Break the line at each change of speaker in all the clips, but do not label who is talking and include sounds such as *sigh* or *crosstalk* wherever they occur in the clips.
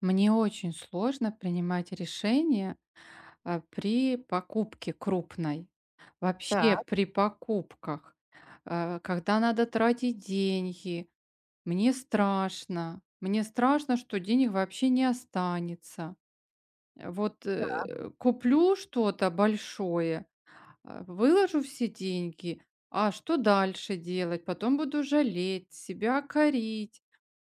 Мне очень сложно принимать решения, при покупке крупной. Вообще
Так,
при покупках, когда надо тратить деньги, мне страшно. Мне страшно, что денег вообще не останется. Вот,
так,
куплю что-то большое, выложу все деньги, а что дальше делать? Потом буду жалеть, себя корить.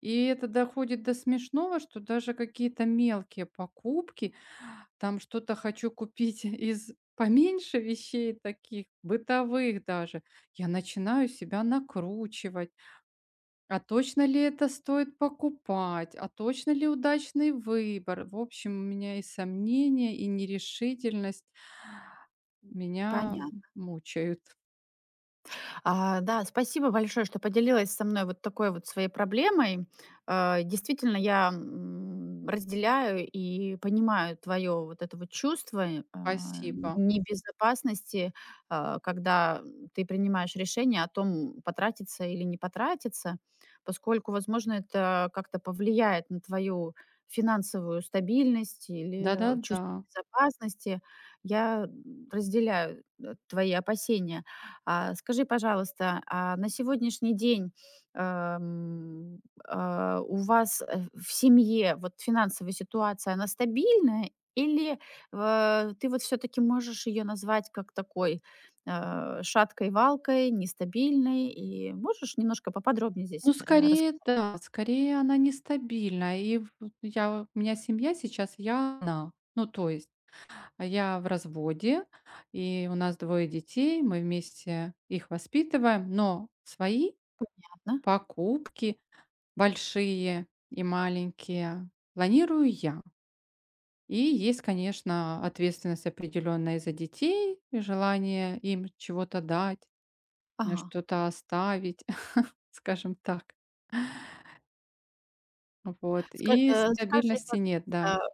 И это доходит до смешного, что даже какие-то мелкие покупки там что-то хочу купить *laughs* из поменьше вещей таких, бытовых даже. Я начинаю себя накручивать. А точно ли это стоит покупать? А точно ли удачный выбор? В общем, у меня и сомнения, и нерешительность меня
понятно.
мучают.
Да, спасибо большое, что поделилась со мной вот такой вот своей проблемой. Действительно, я разделяю и понимаю твое вот это вот чувство
Спасибо.
небезопасности, когда ты принимаешь решение о том, потратиться или не потратиться, поскольку, возможно, это как-то повлияет на твою финансовую стабильность или
Да-да-да.
чувство безопасности. Я разделяю твои опасения. Скажи, пожалуйста, а на сегодняшний день, эм, у вас, в семье вот финансовая ситуация, она стабильная или, ты вот все таки можешь ее назвать как такой, шаткой-валкой, нестабильной? И можешь немножко поподробнее здесь,
Ну, скорее,
рассказать,
да, скорее она нестабильна. У меня семья сейчас, я одна. Ну, то есть. А я в разводе, и у нас двое детей, мы вместе их воспитываем, но свои
да?
покупки, большие и маленькие, планирую я. И есть, конечно, ответственность определенная за детей, и желание им чего-то дать,
Ага.
что-то оставить, *laughs* скажем так. Вот. И
Скажи,
стабильности нет, да.
пожалуйста.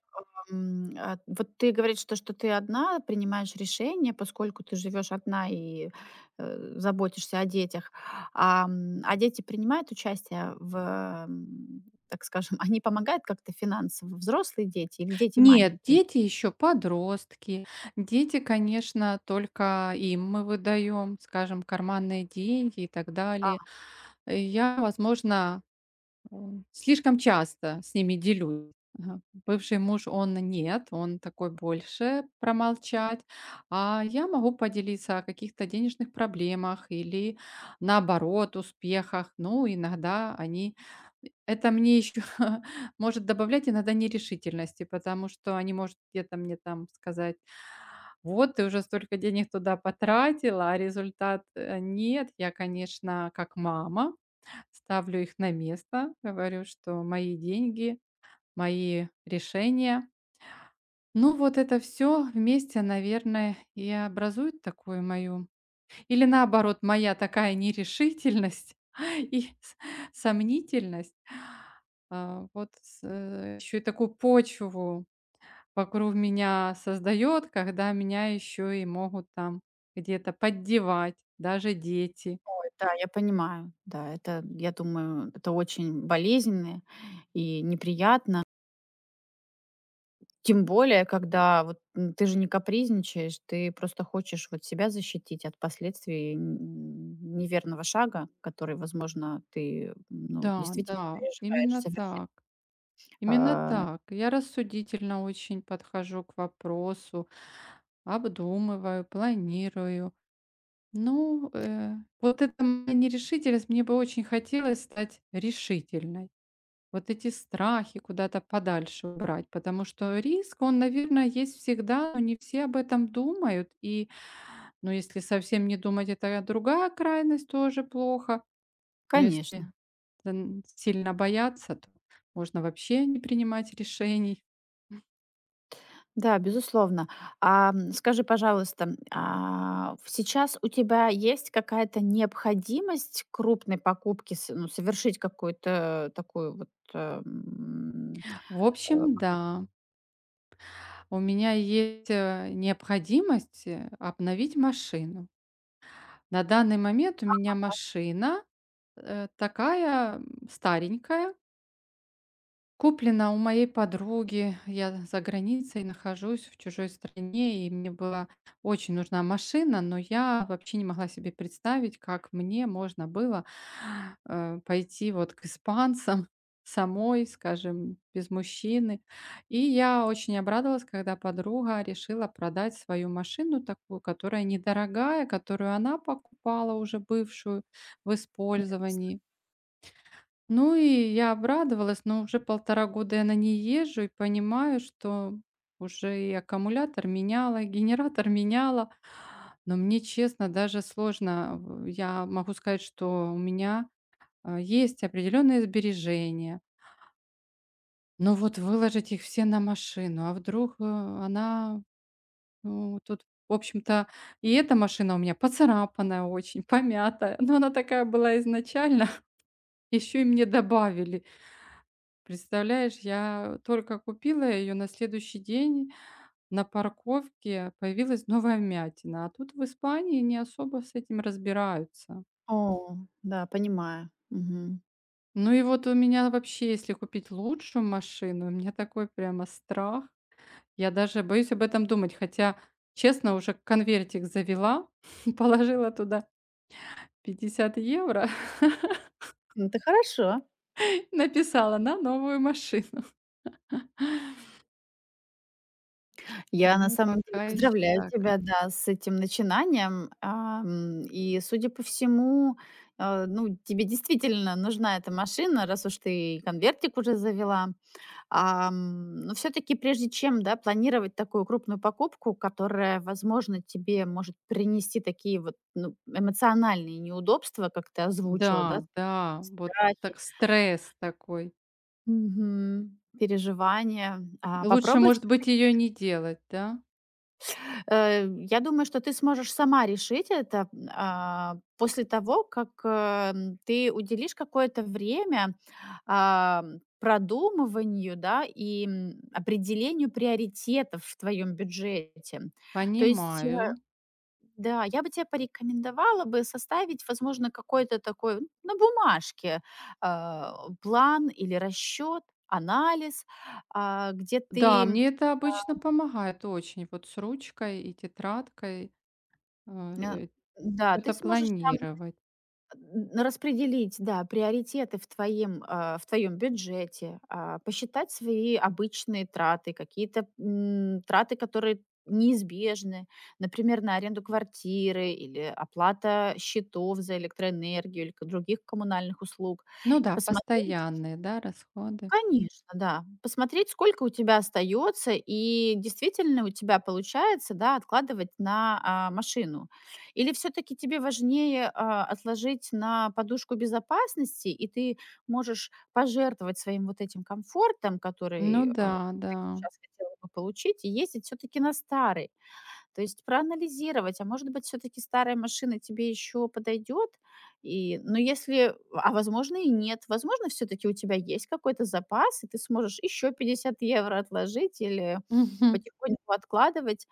М, а вот ты говоришь, что ты одна принимаешь решения, поскольку ты живешь одна и, заботишься о детях. А дети принимают участие в, м, так скажем, *laughs* они помогают как-то финансово? Взрослые дети или дети
Нет,
маленькие?
дети еще подростки. Дети, конечно, только им мы выдаем, скажем, карманные деньги и так далее.
Ага,
Я, возможно, он слишком часто с ними делюсь. Ага. Бывший муж, он нет, он такой больше промолчать, а я могу поделиться о каких-то денежных проблемах или наоборот успехах. Ну, иногда они это мне еще *laughs* может добавлять иногда нерешительности, потому что они, может, где-то мне там сказать, вот ты уже столько денег туда потратила, а результат нет. Я, конечно, как мама, ставлю их на место, говорю, что мои деньги, мои решения. Ну, вот это все вместе, наверное, и образует такую мою или наоборот, моя такая нерешительность *laughs* и с сомнительность, вот еще и такую почву вокруг меня создает, когда меня еще и могут там где-то поддевать, даже дети.
да, я понимаю. Да, это, я думаю, это очень болезненно и неприятно. Тем более, когда вот, ты же не капризничаешь, ты просто хочешь вот себя защитить от последствий н неверного шага, который, возможно, ты, ну,
Да,
действительно
да,
переживаешь
именно
совершить.
так. Именно
А,
так. Я рассудительно очень подхожу к вопросу, обдумываю, планирую. Ну, вот эта моя нерешительность, мне бы очень хотелось стать решительной. Вот эти страхи куда-то подальше убрать, потому что риск, он, наверное, есть всегда, но не все об этом думают. И, ну, если совсем не думать, это другая крайность, тоже плохо. Но если
конечно.
сильно бояться, то можно вообще не принимать решений.
Да, безусловно. Скажи, пожалуйста, в сейчас у тебя есть какая-то необходимость крупной покупки с ну, совершить какую-то такую вот, эм,
В
э
общем, да, у меня есть, необходимость, обновить машину. На данный момент у меня машина, такая, старенькая. Куплена у моей подруги. Я за границей нахожусь, в чужой стране, и мне была очень нужна машина, но я вообще не могла себе представить, как мне можно было *sighs* пойти вот к испанцам *laughs* самой, скажем, без мужчины. И я очень обрадовалась, когда подруга решила продать свою машину такую, которая недорогая, которую она покупала уже бывшую в
Нет.
использовании. Ну и я обрадовалась, но уже полтора года я на ней езжу и понимаю, что уже и аккумулятор меняла, и генератор *laughs* меняла. Но мне, честно, даже сложно. В я могу сказать, что у меня, есть определенные сбережения, но вот выложить их все на машину, а вдруг, она, ну, тут, в общем-то, и эта машина у меня поцарапанная очень, помятая, но она такая была изначально, *laughs* еще и мне добавили. Представляешь, я только купила ее, на следующий день на парковке появилась новая вмятина, а тут в Испании не особо с этим разбираются.
О, да, понимаю. Мгм.
Ну и вот у меня вообще, если купить лучшую машину, у меня такой прямо страх. Я даже боюсь об этом думать, хотя, честно, уже конвертик завела, *laughs* положила туда 50 евро, *laughs*
Ну, это хорошо.
написала на новую машину.
Я на
Ну,
самом деле
пока еще
поздравляю
так.
тебя, да, с этим начинанием. И, судя по всему, ну, тебе действительно нужна эта машина, раз уж ты и конвертик уже завела. Но все-таки, прежде чем, да, планировать такую крупную покупку, которая, возможно, тебе может принести такие вот ну, эмоциональные неудобства, как ты озвучила, да,
Да, да, вот
страхи,
так стресс такой.
мгм, переживания,
Лучше,
попробуй
может быть,
все-таки.
ее не делать, да?
Я думаю, что ты сможешь сама решить это, после того, как, ты уделишь какое-то время, продумыванию, да, и, определению приоритетов в твоем бюджете. То есть,
Понимаю.
да, я бы тебе порекомендовала бы составить, возможно, какой-то такой, на бумажке, а, план или расчет, анализ, где
Да,
ты,
мне это обычно помогает очень, вот с ручкой и тетрадкой,
э,
что
да, ты
то
сможешь
планировать.
Н распределить, да, приоритеты в твоем, в твоем бюджете, посчитать свои обычные траты, какие-то, траты, которые неизбежны, например, на аренду квартиры или оплата счетов за электроэнергию или к других коммунальных услуг,
Ну
и
да,
посмотреть.
постоянные, да, расходы.
Конечно, да. Посмотреть, сколько у тебя остается, и действительно у тебя получается, да, откладывать на машину. Или все-таки тебе важнее отложить на подушку безопасности, и ты можешь пожертвовать своим вот этим комфортом,
Ну
который
да, да.
ты сейчас хотела бы получить, и ездить все-таки на старый. То есть проанализировать, а может быть, все-таки старая машина тебе еще подойдет. И, но если, а возможно и нет, возможно, все-таки у тебя есть какой-то запас, и ты сможешь еще 50 евро отложить или
Мгм.
потихоньку откладывать,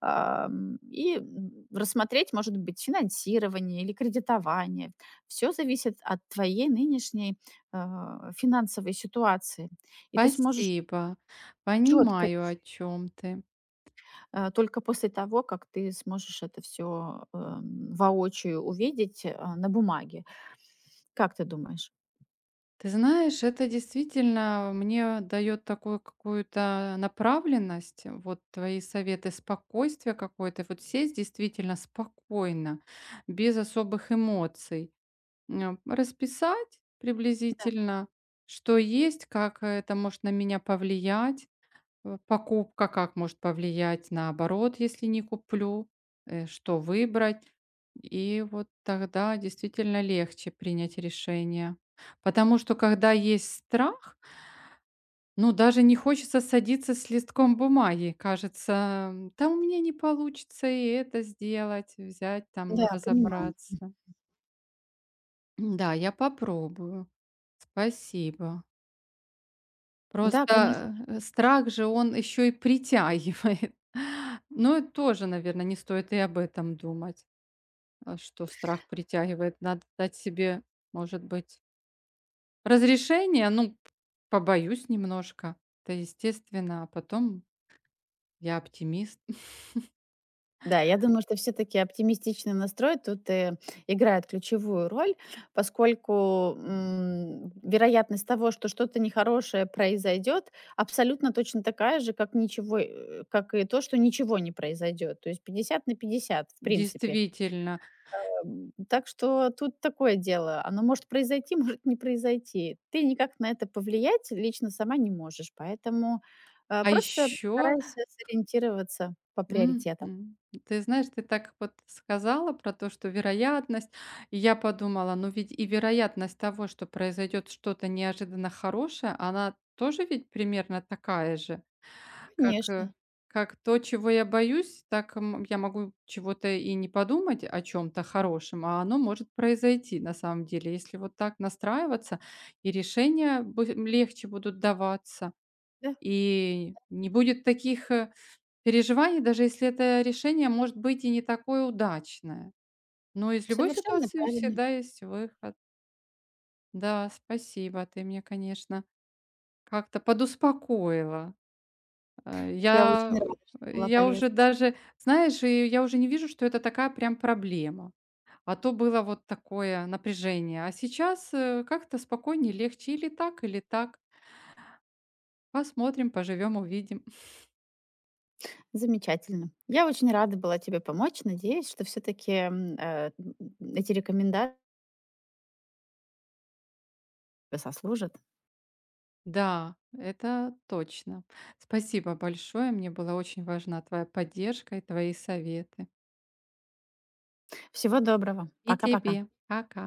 и рассмотреть, может быть, финансирование или кредитование. Все зависит от твоей нынешней финансовой ситуации. И ты сможешь
Спасибо.
четко.
Понимаю, о чем ты.
Только после того, как ты сможешь это все воочию увидеть, на бумаге. Как ты думаешь?
Ты знаешь, это действительно мне дает такую какую-то направленность, вот твои советы, спокойствие какое-то, вот сесть действительно спокойно, без особых эмоций, расписать
Да,
приблизительно, что есть, как это может на меня повлиять, покупка как может повлиять, наоборот, если не куплю, что выбрать. И вот тогда действительно легче принять решение. Потому что когда есть страх, ну, даже не хочется садиться с листком бумаги. Кажется, да у меня не получится и это сделать, взять там,
да, понимаю.
разобраться. Да, я попробую. Спасибо.
Да, конечно.
Просто, страх же, он еще и притягивает. *laughs* Но тоже, наверное, не стоит и об этом думать, что страх притягивает. Надо дать себе, может быть, разрешение. Ну, побоюсь немножко. Это естественно, а потом я оптимист. *laughs*
Да, я думаю, что все таки оптимистичный настрой тут, играет ключевую роль, поскольку, вероятность того, что что-то нехорошее произойдет, абсолютно точно такая же, как ничего, как и то, что ничего не произойдет. То есть 50 на 50, в принципе.
Действительно.
М, так что тут такое дело. Оно может произойти, *laughs* может не произойти. Ты никак на это повлиять лично сама не можешь, поэтому,
А
просто
еще.
старайся сориентироваться по приоритетам.
Мгм. Ты знаешь, ты так вот сказала про то, что вероятность. И я подумала, ну ведь и вероятность того, что произойдет что-то неожиданно хорошее, она тоже ведь примерно такая же, как,
Конечно,
как то, чего я боюсь, так я могу чего-то и не подумать о чем-то хорошем, а оно может произойти на самом деле. Если вот так настраиваться, и решения легче будут даваться,
да,
и не будет таких переживаний, даже если это решение может быть и не такое удачное. Но из любой
совершенно
ситуации
правильно.
всегда есть выход. Да, спасибо. Ты меня, конечно, как-то подуспокоила. Э,
Я очень
Я,
рада, что была
я уже
полезна.
даже, знаешь, и я уже не вижу, что это такая прям проблема. А то было вот такое напряжение. А сейчас как-то спокойнее, легче или так, или так. Посмотрим, поживем, увидим.
Замечательно. Я очень рада была тебе помочь. Надеюсь, что все таки эти рекомендации сослужат.
Да, это точно. Спасибо большое. Мне была очень важна твоя поддержка и твои советы.
Всего доброго.
И тебе.
Пока-пока.
Пока.